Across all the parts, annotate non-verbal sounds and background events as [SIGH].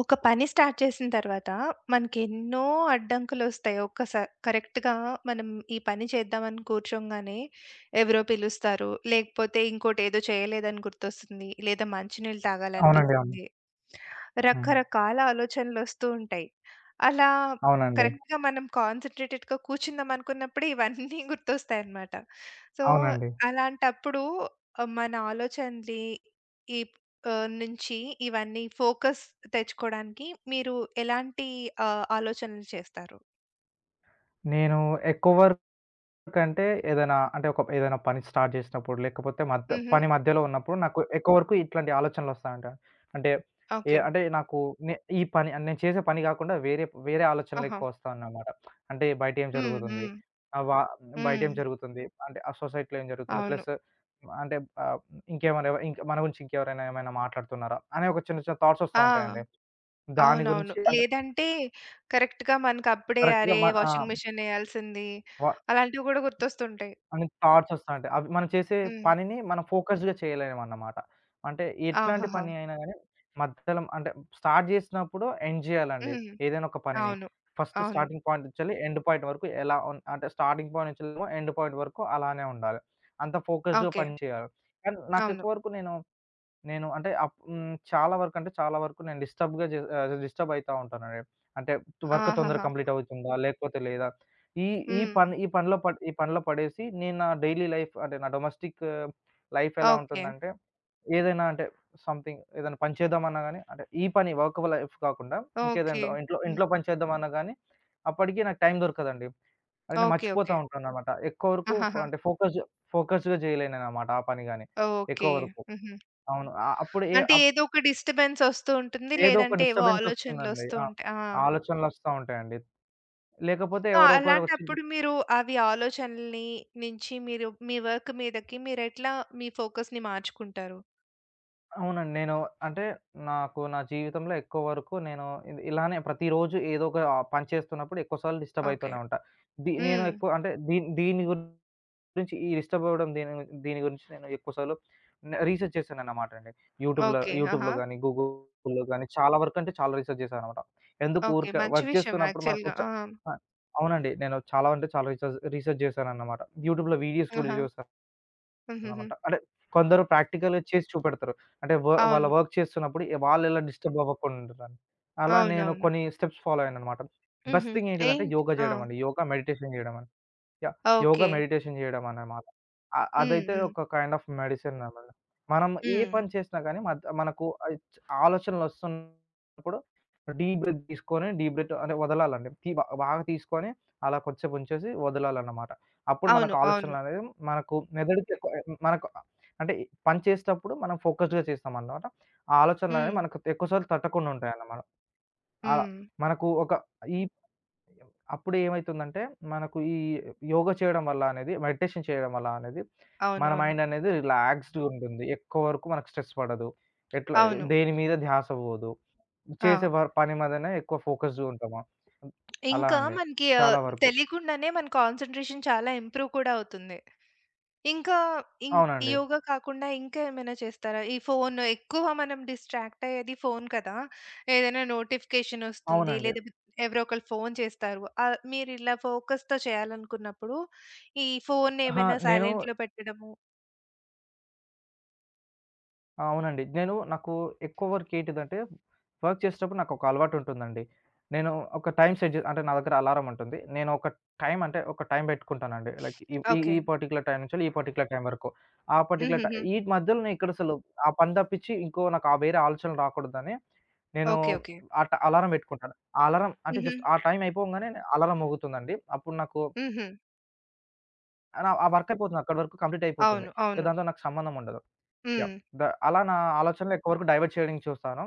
ఒక పని స్టార్ట్ చేసిన తర్వాత మనకెన్నో అడ్డంకులొస్తాయి. ఒక్కసా కరెక్ట్‌గా మనం ఈ పని చేద్దామని కూర్చోంగానే ఎవరో పిలుస్తారు. లేకపోతే ఇంకోటేదో చేయలేదని గుర్తొస్తుంది. లేదా మంచినీళ్ళు అవునండి. అవును. తాగాలనిపిస్తుంది. హ్మ్. రకరకాల ఆలోచనలొస్తూ ఉంటాయి. అలా అవునండి. కరెక్ట్‌గా మనం కాన్సంట్రేటెడ్‌గా కూర్చుందాం అనుకున్నప్పుడే ఇవన్నీ [LAUGHS] గుర్తొస్తాయన్నమాట. సో, అవునండి. అలాంటప్పుడు మన ఆలోచనని ఈ నుంచి ఇవన్నీ ఫోకస్ తెచ్చుకోడానికి మీరు ఎలాంటి ఆలోచనలు చేస్తారు? నేను ఎక్కువ వర్క్ అంటే ఏదైనా అంటే ఏదైనా పని స్టార్ట్ చేసినప్పుడు లేకపోతే హుహు. మధ్యలో ఉన్నప్పుడు నాకు ఎక్కువ వరకు ఇట్లాంటి ఆలోచనలొస్తాయంట. అంటే ఏ ఓకే. అంటే నాకు నే ఈ పని నేను చేసే పని కాకుండా వేరే వేరే ఆహా! ఆలోచనలెక్కువ వస్తాయన్నమాట. అంటే బయట ఏం హ్మ్. జరుగుతుంది? హ్మ్. ఆహ్, వ బయట హ్మ్. ఏం జరుగుతుంది? అంటే ఆ సొసైటీలో ఏం జరుగుతుంది? అవును. ప్లస్ అంటే ఆహ్, ఇంకేమైనా ఇంక మన గురించి ఇంకెవరైనా ఏమైనా మాట్లాడుతున్నారా? అనే ఒక చిన్న చిన్న థాట్స్ వస్తా ఆ! ఉంటాయండి. దాని అవునవును. గురించి అంటే లేదంటే కరెక్ట్‌గా మనకప్పుడే కరెక్ట్‌గా అరే! మన ఆ! వాషింగ్ మిషన్ ఎయాల్సింది. వ అలాంటివి కూడా గుర్తొస్తుంటాయి. అని థాట్స్ వస్తాంటాయి. అవి మనం చేసే హ్మ్. పనిని మనం ఫోకస్డ్‌గా చేయలేమన్నమాట. అంటే ఎట్లాంటి ఆహాహా! పని అయినా గాని మధ్యలో అంటే స్టార్ట్ చేసినప్పుడు ఎండ్ చేయాలండి, హ్మ్. ఏదైనా ఒక పనిని. అవును. ఫస్ట్ అవును. స్టార్టింగ్ పాయింట్ నుంచెల్లి ఎండ్ పాయింట్ వరకు ఎలా ఉన్ అంటే స్టార్టింగ్ పాయింట్ నుంచెల్లేమో ఎండ్ పాయింట్ వరకు అలానే ఉండాలి. అంత ఫోకస్డ్‌గా ఓకే. పని చేయాలి. కానీ అవును. నాకెక్కువ వరకు నేను నేను అంటే అప్ హ్మ్. చాలా వరకు అంటే చాలా వరకు నేను డిస్టర్బ్ అయితా ఉంటానండి. అంటే వర్క్ తొందరగా ఆహాహా! కంప్లీట్ అవుతుందా? లేకపోతే లేదా? ఈ ఈ హ్మ్. పని ఈ పనిలో పడి ఈ పనిలో పడేసి నేను నా డైలీ లైఫ్ అంటే నా డొమెస్టిక్ లైఫ్ ఎలా ఓకే. ఉంటుందంటే ఏదైనా అంటే ఏదైనా పని చేద్దామన్నా గాని అంటే ఈ పని వర్క్ లైఫ్ కాకుండా ఇంకేదైనా ఓకే. ఇంట్లో హ్మ్. ఇంట్లో పని చేద్దామన్నా గాని అప్పటికి నాకు టైం దొరకదండి. అది నేను ఓకే. మర్చిపోతా ఓకే. ఉంటానన్నమాట. ఎక్కువ వరకు ఫ ఆహాహా! అంటే ఫోకస్ ఫోకస్‌గా చేయలేనన్నమాట ఆ పని గాని, ఓకే. ఎక్కువ వరకు. హుహు. అవును. ఆహ్, అప్పుడు ఏ అంటే ఏదో ఒక డిస్టర్బెన్స్ ఒస్తూ ఉంటుంది. ఏదో ఒక లేదంటే ఏవో డిస్టర్బెన్స్ వస్తుందండి. ఆలోచనలొస్తూ ఆ! ఉంటాయి. ఆ! ఆలోచనలొస్తా ఉంటాయండి. లేకపోతే సో, ఎవరో ఒకరు వచ్చి అలాంటప్పుడు మీరు అవి ఆలోచనలని నుంచి మీరు మీ వర్క్ మీదకి మీరెట్లా మీ ఫోకస్‌ని మార్చుకుంటారు? అవునండి. నేను అంటే నాకు నా జీవితంలో ఎక్కువ వరకు నేను ఇలానే ప్రతిరోజు ఏదో ఒక పని చేస్తున్నప్పుడు ఎక్కువ సార్లు డిస్టర్బ్ ఓకే. అయితూనే ఉంటా. నేను హ్మ్. ఎక్కువ అంటే దీన్ దీని గురి నుంచి ఈ డిస్టర్బ్ అవ్వడం దీని దీని గురించి నేను ఎక్కువ సార్లు రీసెర్చ్ చేశానన్నమాట అండి. యూట్యూబ్‌లో ఓకే. యూట్యూబ్‌లో ఆహా! గాని, గూగుల్‌లో గాని చాలా వరకు అంటే చాలా రీసెర్చ్ చేశానన్నమాట. ఎందుకు ఓకే. ఊరికే మంచి వర్క్ విషయం చేస్తున్నప్పుడు మనకు యాక్చువల్‌గా. ఆ! ఆ! అవునండి. నేను చాలా అంటే చాలా రీసెర్చ్ రీసెర్చ్ చేశానన్నమాట. యూట్యూబ్‌లో వీడియోస్ కూడా ఆహా! హుహుహు. చూసానన్నమాట. అంటే కొందరు ప్రాక్టికల్‌గా చేసి చూపెడతారు. అంటే వాళ్ళ అవును. వర్క్ చేస్తున్నప్పుడు వాళ్ళు ఎలా డిస్టర్బ్ అవ్వకుండా ఉండడానికి. అలా నేను అవునవును. కొన్ని స్టెప్స్ ఫాలో అయ్యానన్నమాట. హుహు. బెస్ట్ థింగ్ ఏంటిదంటే ఏంటి యోగా ఆ! చేయడం అండి. యోగా, మెడిటేషన్ చేయడం. యాహ్! యోగ, ఓకే. మెడిటేషన్ చేయడం అన్నమాట. హ్మ్. అదైతే హ్మ్. ఒక కైండ్ ఆఫ్ మెడిసిన్ అనమాట. మనం ఏ హ్మ్. పని చేసినా గానీ మనకు ఆలోచనలొస్తున్నప్పుడు డీప్ బ్రెత్ తీసుకొని, డీప్ బ్రెత్ అంటే వదలాలండి. తీ బా బాగా తీసుకొని అలా కొంసేపు ఉంచేసి వదలాలన్నమాట. అప్పుడు అవును. మనకు అవును. ఆలోచనలనేవి మనకు మెదడుకి ఎక్కువ మనకు అంటే పని చేసేటప్పుడు మనం ఫోకస్డ్‌గా చేస్తామన్నమాట. ఆ హ్మ్. ఆలోచనలనేవి మనకు ఎక్కువ సార్లు తట్టకుండా ఉంటాయన్నమాట. అలా హ్మ్. మనకు ఒక ఈ అప్పుడు ఏమైతుందంటే, మనకు ఈ యోగ చేయడం వల్ల అనేది, మెడిటేషన్ చేయడం వల్ల అనేది, అవును. మన అవును. మైండ్ అనేది రిలాక్స్డ్‌గా ఉంటుంది. ఎక్కువ వరకు మనకు స్ట్రెస్ పడదు. ఎట్లా అవును. దేని మీద ధ్యాస పోదు. ఆ! చేసే పని మీదనే ఎక్కువ ఫోకస్డ్‌గా ఉంటాము. అలా ఇంకా అండి, మనకి చాలా వరకు. తెలియకుండానే మన కాన్సంట్రేషన్ చాలా ఇంప్రూవ్ కూడా అవుతుంది. ఇంకా ఇం ఈ అవునండి. యోగా కాకుండా ఇంకా ఏమైనా చేస్తారా? ఈ ఫోను ఎక్కువ మనం డిస్ట్రాక్ట్ అయ్యేది ఫోను కదా! ఏదైనా నోటిఫికేషన్ వస్తుంది. అవునండి. లేదా ఎవరో ఒకళ్ళు ఫోను చేస్తారు. మీరు ఇలా ఫోకస్‌తో చేయాలనుకున్నప్పుడు ఈ ఫోను అహా! ఏమైనా నేను సైలెంట్‌లో పెట్టడము. ఆ! అవునండి. నాకు ఎక్కువ వర్క్ ఏంటిదంటే, వర్క్ చేసేటప్పుడు నాకొక అలవాటుంటుందండి. నేను ఒక టైమ్ సెట్ జే అంటే నా దగ్గర అలారం ఉంటుంది. నేను ఒక టైమ్ పెట్టుకుంటానండి. లైక్ ఈ ఈ ఓకే. ఈ పర్టిక్యులర్ టైమ్ నుంచి ఈ పర్టిక్యులర్ టైమ్ వరకు. ఆ పర్టిక్యులర్ టై హుహుహు. ఈ మధ్యలో నేను ఎక్కడసలు ఆ పని తప్పించి నాకు ఆ వేరే ఆలోచనలు రాకూడదని నేను ఓకే. ఓకే. ఆ ట అలారం పెట్టుకుంటాను. ఆ అలారం అంటే హుహు. జస్ట్ ఆ టైమ్ అయిపోగానే అలారం మోగుతుందండి. అప్పుడు నాకు హుహు. నా ఆ వర్క్ అయిపోతుంది. అక్కడి వరకు కంప్లీట్ అయిపోతుంది. అవును. ఇక అవును. దాంతో నాకు సంబంధం ఉండదు. యాహ్! హ్మ్. ద అలా నా ఆలోచనలు ఎక్కువ వరకు డైవర్ట్ చేయడానికి చూస్తాను.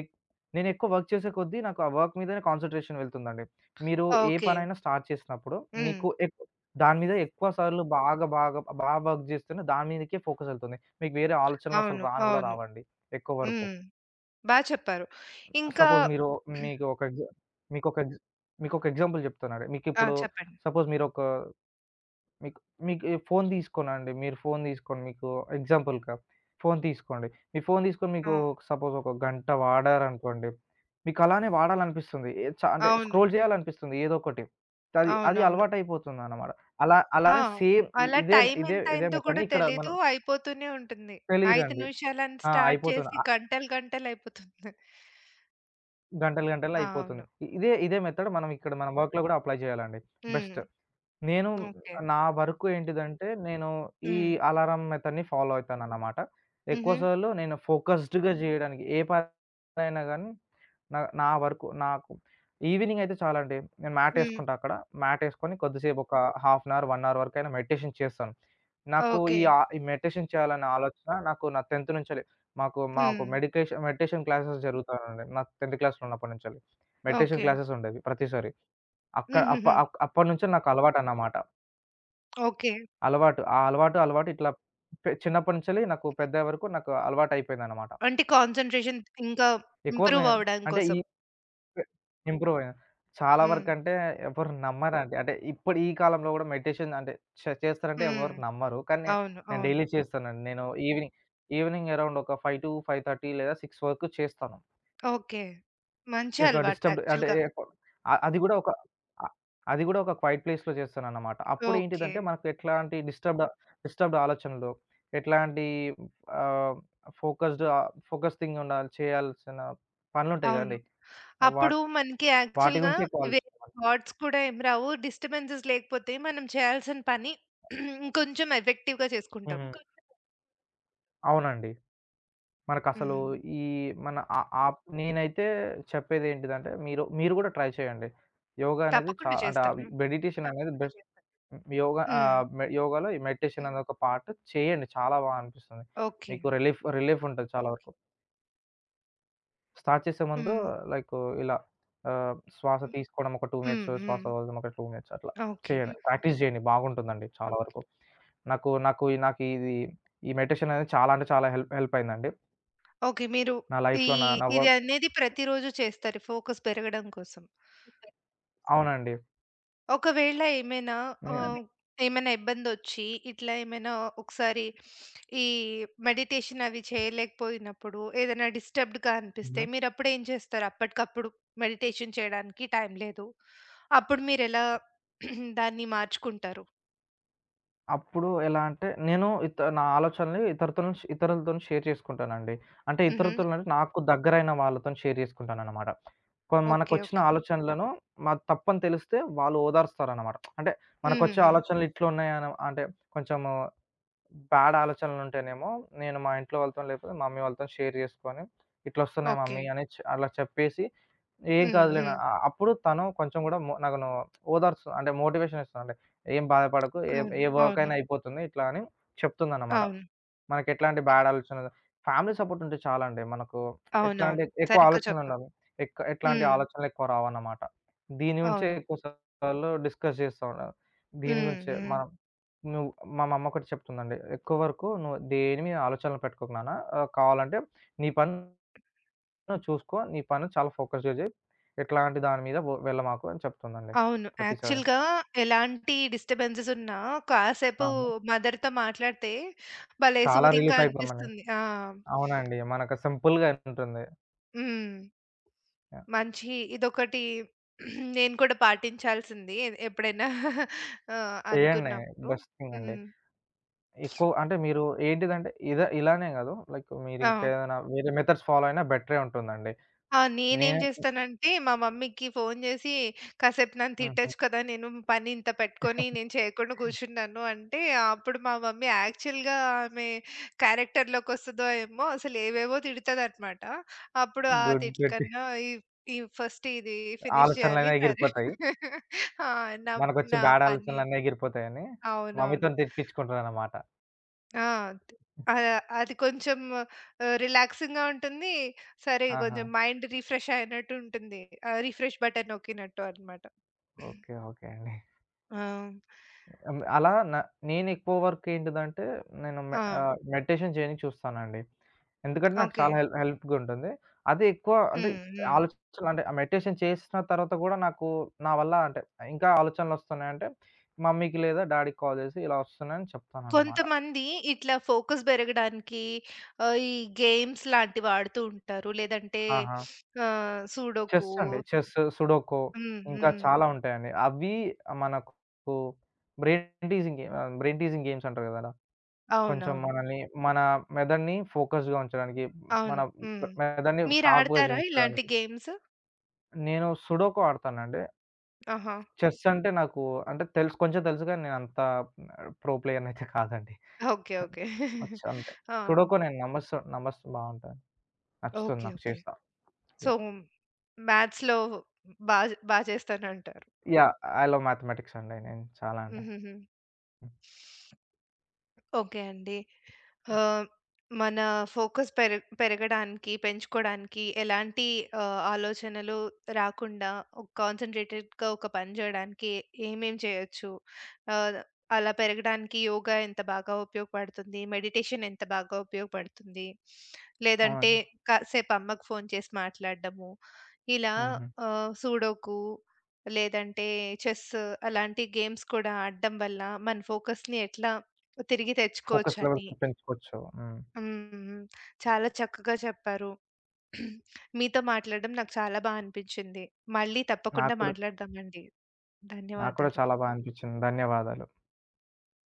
ఎక్ నేనెక్కువ వర్క్ చేసే కొద్దీ నాకు ఆ వర్క్ మీదనే కాన్సంట్రేషన్ వెళ్తుందండి. మీరు ఏ ఓకే. పనైనా స్టార్ట్ చేసినప్పుడు హ్మ్. మీకు ఎక్కువ దాని మీద ఎక్కువ సార్లు బాగా, బాగా, బాగా వర్క్ చేస్తేనే దాని మీదకే ఫోకస్ వెళ్తుంది. మీకు వేరే ఆలోచనలు అసలు అవును. రాను గూడా అవును. రావండి, ఎక్కువ వరకు. హ్మ్. బా చెప్పారు. ఇంకా సపోజ్ మీరు మీకు ఒక ఎగ్జా మీకొక ఎగ్జ్ మీకొక ఎగ్జాంపుల్ చెప్తానండి. ఆ! మీకిప్పుడు చెప్పండి. సపోజ్ మీరొక మీకు మీకు ఈ ఫోను తీసుకోనండి. మీరు ఫోను తీసుకొని మీకు ఎగ్జాంపుల్‌గా ఫోను తీసుకోండి. మీ ఫోను తీసుకొని ఆ! మీకు సపోజ్ ఒక గంట వాడారనుకోండి. మీకు అలానే వాడాలనిపిస్తుంది. ఏ చ అంటే అవును. స్క్రోల్ చేయాలనిపిస్తుంది ఏదో ఒకటి. అది అది అవునవును. అలవాటయిపోతుందన్నమాట. అలా ఆ! అలానే సేమ్ ఇ అలా ఇదే టైమ్ ఇదే ఇదే ఎంతయిందో కూడా మెథడ్‌ని ఇక్కడ తెలీదు. మనం అయిపోతూనే ఉంటుంది. 5 తెలీదండి. నిమిషాలని ఆ! స్టార్ట్ అయిపోతుంది. చేసి ఆహ్, గంటలు గంటలయిపోతుంది. గంటలు గంటల్లో అయిపోతుంది. అవును. ఇ ఇదే ఇదే మెథడ్ మనం ఇక్కడ మన వర్క్‌లో గూడా అప్లై చేయాలండి. హ్మ్. బెస్ట్. నేను ఓకే. నా వరకు ఏంటిదంటే, నేను ఈ హ్మ్. అలారం మెథడ్‌ని ఫాలో అయితానన్నమాట. ఎక్కువ హుహు. సార్లు నేను ఫోకస్డ్‌గా జేయడానికి ఏ పనైనా గానీ, నా నా వరకు నాకు ఈవినింగ్ అయితే చాలా అండి. నేను హ్మ్. మ్యాటేసుకుంటా అక్కడ. మ్యాటేసుకొని కొద్దిసేపు ఒక హాఫ్ అన్ అవర్, 1 అవర్ వరకైనా మెడిటేషన్ చేస్తాను. నాకు ఓకే. ఈ మెడిటేషన్ చేయాలనే ఆలోచన నాకు నా 10థ్ నుంచెల్లి. మాకు మాకు హ్మ్. మెడిటేషన్ క్లాసెస్ జరుగుతానండి, నా 10థ్ క్లాస్‌లో ఉన్నప్పటి నుంచెల్లి. Meditation okay. క్లాసెస్ ఉండేవి ప్రతిసారి. అక్కడ హుహుహు. అప్పటి నుంచే నాకు అలవాటన్నమాట. ఓకే. అలవాటు. ఆ అలవాటు ఇట్లా చిన్నప్పటి నుంచెల్లి నాకు పెద్దయ్యే వరకు నాకు అలవాటయిపోయిందనమాట. అంటే కాన్సంట్రేషన్ ఇంకా ఎక్కువ వరకు ఇంప్రూవ్ నేను అవ్వడం అంటే కోసం. ఈ పె ఇంప్రూవ్ అయ్యాను. చాలా హ్మ్. వరకంటే ఎవరు నమ్మరండి. అంటే ఇప్పుడు ఈ కాలంలో గూడా మెడిటేషన్ అంటే చేస్తారంటే హ్మ్. ఎవరు నమ్మరు. కానీ అవును. నేను అవును. డైలీ చేస్తానండి. నేను ఈవినింగ్ అరౌండ్ ఒక 5-5:30 లేదా 6 వరకు చేస్తాను. ఓకే. మంచి ఒక అలవాటు డిస్టర్బ్డ్ అంటే యాక్చువల్‌గా. ఎకొ అ అది గూడా ఒక అ అది గూడా ఒక క్వైట్ ప్లేస్‌లో చేస్తానన్నమాట. ఓకే. అప్పుడేంటిదంటే మనకు ఎట్లాంటి డిస్టర్బ్డ్ డిస్టర్బ్డ్ ఆలోచనలు, ఎట్లాంటి ఆహ్, ఫోకస్డ్ ఆహ్, ఫోకస్ థింగ్ ఉండాలి, చేయాల్సిన పనులుంటాయి అవును. గదండీ! వా అప్పుడు మనకి వాటి యాక్చువల్‌గా గురించి ఎక్కువ వేరే ఆలోచిస్తాను. థాట్స్ కూడా ఏం రావు. డిస్టర్బెన్సెస్ లేకపోతే మనం చేయాల్సిన పని ఇంకొంచెం ఎఫెక్టివ్‌గా చేసుకుంటాం. హ్మ్. క అవునండి. మనకసలు హ్మ్. ఈ మన ఆ ఆప్ నేనైతే చెప్పేదేంటిదంటే మీరు మీరు గూడా ట్రై చేయండి. యోగా అనేది చా తప్పకుండా అంటే చేస్తాను. మెడిటేషన్ అనేది బెస్ట్. హ్మ్. యోగ హ్మ్. ఆహ్, మె యోగాలో ఈ మెడిటేషన్ అనే ఒక పార్ట్ చేయండి. చాలా బా అనిపిస్తుంది. ఓకే. మీకు రిలీఫ్ రిలీఫ్ ఉంటది చాలా వరకు. ఓకే. స్టార్ట్ చేసే ముందు హ్మ్. లైక్ ఇలా ఆహ్, శ్వాస హ్మ్. తీసుకోవడం ఒక 2 హ్మ్. మినిట్స్, శ్వాస హ్మ్. వదలడం ఒక 2 మినిట్స్ అట్లా ఓకే. చేయండి. హ్మ్. ప్రాక్టీస్ చేయండి, బాగుంటుందండి చాలా ఓకే వరకు. నాకు నాకు ఈ- నాకు ఇది ఈ మెడిటేషన్ అనేది చాలా అంటే చాలా హెల్ప్ హెల్ప్ అయిందండి. ఓకే. మీరు నా ఈ లైఫ్‌లో నా నా ఓకే. ఇది వర్క్ మీరు అనేది ప్రతిరోజు చేస్తారు ఫోకస్ పెరగడం కోసం. అవునండి. ఒకవేళ ఏమైనా ఒక హ్మ్. ఆహ్, మె ఏమైనా ఇబ్బందొచ్చి, ఇట్లా ఏమైనా ఒకసారి ఈ మెడిటేషన్ అవి చేయలేకపోయినప్పుడు, ఏదైనా డిస్టర్బ్‌డ్‌గా అనిపిస్తే హ్మ్. మీరప్పుడు ఏం చేస్తారు? అప్పటికప్పుడు మెడిటేషన్ చేయడానికి టైం లేదు. అప్పుడు మీరెలా [CLEARS THROAT] దాన్ని మార్చుకుంటారు? అప్పుడు ఎలా అంటే, నేను నా ఆలోచనని ఇతరుతోని ష్ ఇతరులతోని షేర్ చేసుకుంటానండి. అంటే హుహు. ఇతరులతోనంటే నాకు దగ్గరైన వాళ్ళతోని షేర్ చేసుకుంటాననమాట. ఓకే. మనకొచ్చిన ఓకే. ఆలోచనలను తప్పని తెలిస్తే వాళ్ళు ఓదారుస్తారనమాట. అంటే మనకొచ్చే హుహుహు. ఆలోచనలు ఇట్లున్నాయని అంటే కొంచెము బ్యాడ్ ఆలోచనలుంటేనేమో నేను మా ఇంట్లో వాళ్ళతోని లేకపోతే మమ్మీ వాళ్ళతోని షేర్ చేసుకొని, "ఇట్లొస్తున్నాయి ఓకే. మమ్మీ" అని అలా చెప్పేసి, ఏం హ్మ్. కాదులే నా హ్మ్. అప్పుడు తను కొంచెం గూడా నన్ను ఓదార్స్తుంది. అంటే మోటివేషన్ ఇస్తుందండి. "ఏం బాధపడకు. ఏ అవును. ఏ వర్క్ అవును. అయినా అయిపోతుంది" ఇట్లా అని చెప్తుందన్నమాట. అవును. మనకెట్లాంటి హ్మ్. బ్యాడ్ ఆలోచనలు ఫ్యామిలీ సపోర్ట్ ఉంటే చాలండి, మనకు ఎట్లాంటి అవునవును. ఎక్కువ సరిగ్గా చెప్పారు. ఆలోచనలుండవు. ఎట్లాంటి హ్మ్. ఆలోచనలెక్కువ రావన్నమాట. దీని గురించే అవును. ఎక్కువ సార్లు డిస్కస్ చేస్తా ఉన్నారు. దీని హ్మ్. గురించే హ్మ్. మనం నువ్వు మా మమ్మొకటి చెప్తుందండి. "ఎక్కువ వరకు నువ్వు దేని మీద ఆలోచనలు పెట్టుకోకు నాన్న. ఆహ్, కావాలంటే నీ పని నువ్వు చూసుకో. నీ పని చాలా ఫోకస్‌గా జెయి. ఇట్లాంటి దాని మీద వెళ్ళమాకు" అని చెప్తుందండి అవును. ప్రతిసారి. యాక్చువల్‌గా ఎలాంటి డిస్టర్బెన్సెస్ ఉన్నా కాసేపు అవును. మదర్‌తో మాట్లాడితే భలే చాలా సూదింగ్‌గా రిలీఫ్ అయిపోయామండి. అనిపిస్తుంది. ఆ! అవునండి. మనకు సింపుల్‌గా ఉంటుంది. హ్మ్. యాహ్! మంచి ఇదొకటి నేను కూడా పాటించాల్సింది ఎప్పుడైనా ఆ! చేయండి. అనుకున్నప్పుడు. బెస్ట్ థింగ్ అండి. హ్మ్. ఎక్కువ అంటే మీరు ఏంటిదంటే ఇదే ఇలానే కాదు, లైక్ ఆ! మీరింకేదైనా వేరే మెథడ్స్ ఫాలో అయినా బెటరే ఉంటుందండి. ఆ! నేనేం నేను జేస్తానంటే, మా మమ్మీకి ఫోను జేసి, "కాసేపు నన్ను హుహు. తిట్టొచ్చు కదా! నేను పని ఇంత పెట్టుకొని నేను చేయకుండా కూర్చున్నాను" అంటే, అప్పుడు మా మమ్మీ యాక్చువల్‌గా ఆమె క్యారెక్టర్‌లోకొస్తదో ఏమో! అసలు ఏవేవో తిడతదనమాట. అప్పుడు ఆ గుడ్. తిట్ల గుడ్. కన్నా ఈ ఈ ఫస్ట్ ఇది ఫినిష్ జేయాలి. ఆలోచనలన్నీ సరే. ఎగిరిపోతాయి. [LAUGHS] ఆ! నా మనకొచ్చే నా బ్యాడ్ పని ఆలోచనలన్నీ ఎగిరిపోతాయని అవునవును. మమ్మీతోని తిట్టిపిచ్చుకుంటానన్నమాట. ఆ! అది కొంచెం రిలాక్సింగ్‌గా ఉంటుంది. సరే ఆహా! కొంచెం మైండ్ రిఫ్రెష్ అయినట్టు ఉంటుంది. రిఫ్రెష్ బటన్ నొక్కినట్టు అన్నమాట. ఓకే. ఓకే అండి. ఆ! హ్మ్. అలా న నేనెక్కువ వర్క్ ఏంటిదంటే నేను ఆ! మెడిటేషన్ చేయనీకి చూస్తానండి. ఎందుకంటే నాకు ఓకే. చాలా హెల్ప్‌గుంటుంది. అదే ఎక్కువ అంటే హ్మ్. హ్మ్. ఆలోచనలు అంటే ఆ మెడిటేషన్ చేసిన తర్వాత గూడా నాకు నా వల్ల అంటే ఇంకా ఆలోచనలొస్తున్నాయంటే మమ్మీకి లేదా డ్యాడీకి కాల్ చేసి ఇలా వస్తున్నాయని చెప్తానన్నమాట. కొంతమంది ఇట్లా ఫోకస్ పెరగడానికి ఈ గేమ్స్ లాంటివి ఆడుతూ ఉంటారు. లేదంటే ఆహా! సూడోకు. చెస్ అండి. చెస్, సుడోకో హ్మ్. ఇంకా హ్మ్. చాలా ఉంటాయండి. అవి మనకు బ్రెయిన్ టీజింగ్ గేమ్స్ అంటారు గదా! కొంచెం అవునవును. మనల్ని మన మెదడుని ఫోకస్‌గా ఉంచడానికి, మన అవును. హ్మ్. మెదడుని మీరు షార్ప్‌గా ఆడతారా ఇలాంటి చూయించడానికి. గేమ్స్? నేను సుడోకు ఆడతానండి. ఆహా! చెస్ అంటే నాకు అంటే తెలుసు, కొంచెం తెలుసు గానీ నేనంత ప్రో ప్లేయర్‌నయితే కాదండి. ఓకే. ఓకే. [LAUGHS] వచ్చు అంతే. ఆ! సుడోకు నేను నమస్తు నమస్తు బావుంటది. నచ్చుతుంది, ఓకే. నాకు ఓకే. చేస్తా. So, yeah! మ్యాథ్స్‌లో బా బా చేస్తానంటారు. యాహ్! ఐ లవ్ మ్యాథమెటిక్స్ అండి. నేను చాలా అంటే. హుహుహు. హ్మ్. ఓకే అండి. ఆహ్, మన ఫోకస్ పెరగడానికి, పెంచుకోడానికి ఎలాంటి ఆలోచనలు రాకుండా ఒక కాన్సంట్రేటెడ్‌గా ఒక పని జేయడానికి ఏమేం చేయొచ్చు? ఆహ్, అలా పెరగడానికి యోగా ఎంత బాగా ఉపయోగపడుతుంది? మెడిటేషన్ ఎంత బాగా ఉపయోగపడుతుంది? లేదంటే అవునండి. కాసేపు అమ్మకు ఫోను చేసి మాట్లాడడము. ఇలా హుహు. సూడోకు లేదంటే చెస్ అలాంటి గేమ్స్ కూడా ఆడడం వల్ల మన ఫోకస్‌ని ఎట్లా తిరిగి ఫోకస్ తెచ్చుకోవచ్చని లెవెల్స్‌ని పెంచుకోవచ్చు. హ్మ్. హ్మ్. హ్మ్. చాలా చక్కగా చెప్పారు. [CLEARS THROAT] మీతో మాట్లాడడం నాకు చాలా బా అనిపించింది. మళ్ళీ నాకు తప్పకుండా కూడా మాట్లాడదామండి. నాకు కూడా ధన్యవాదాలు. చాలా బా అనిపించింది. ధన్యవాదాలు.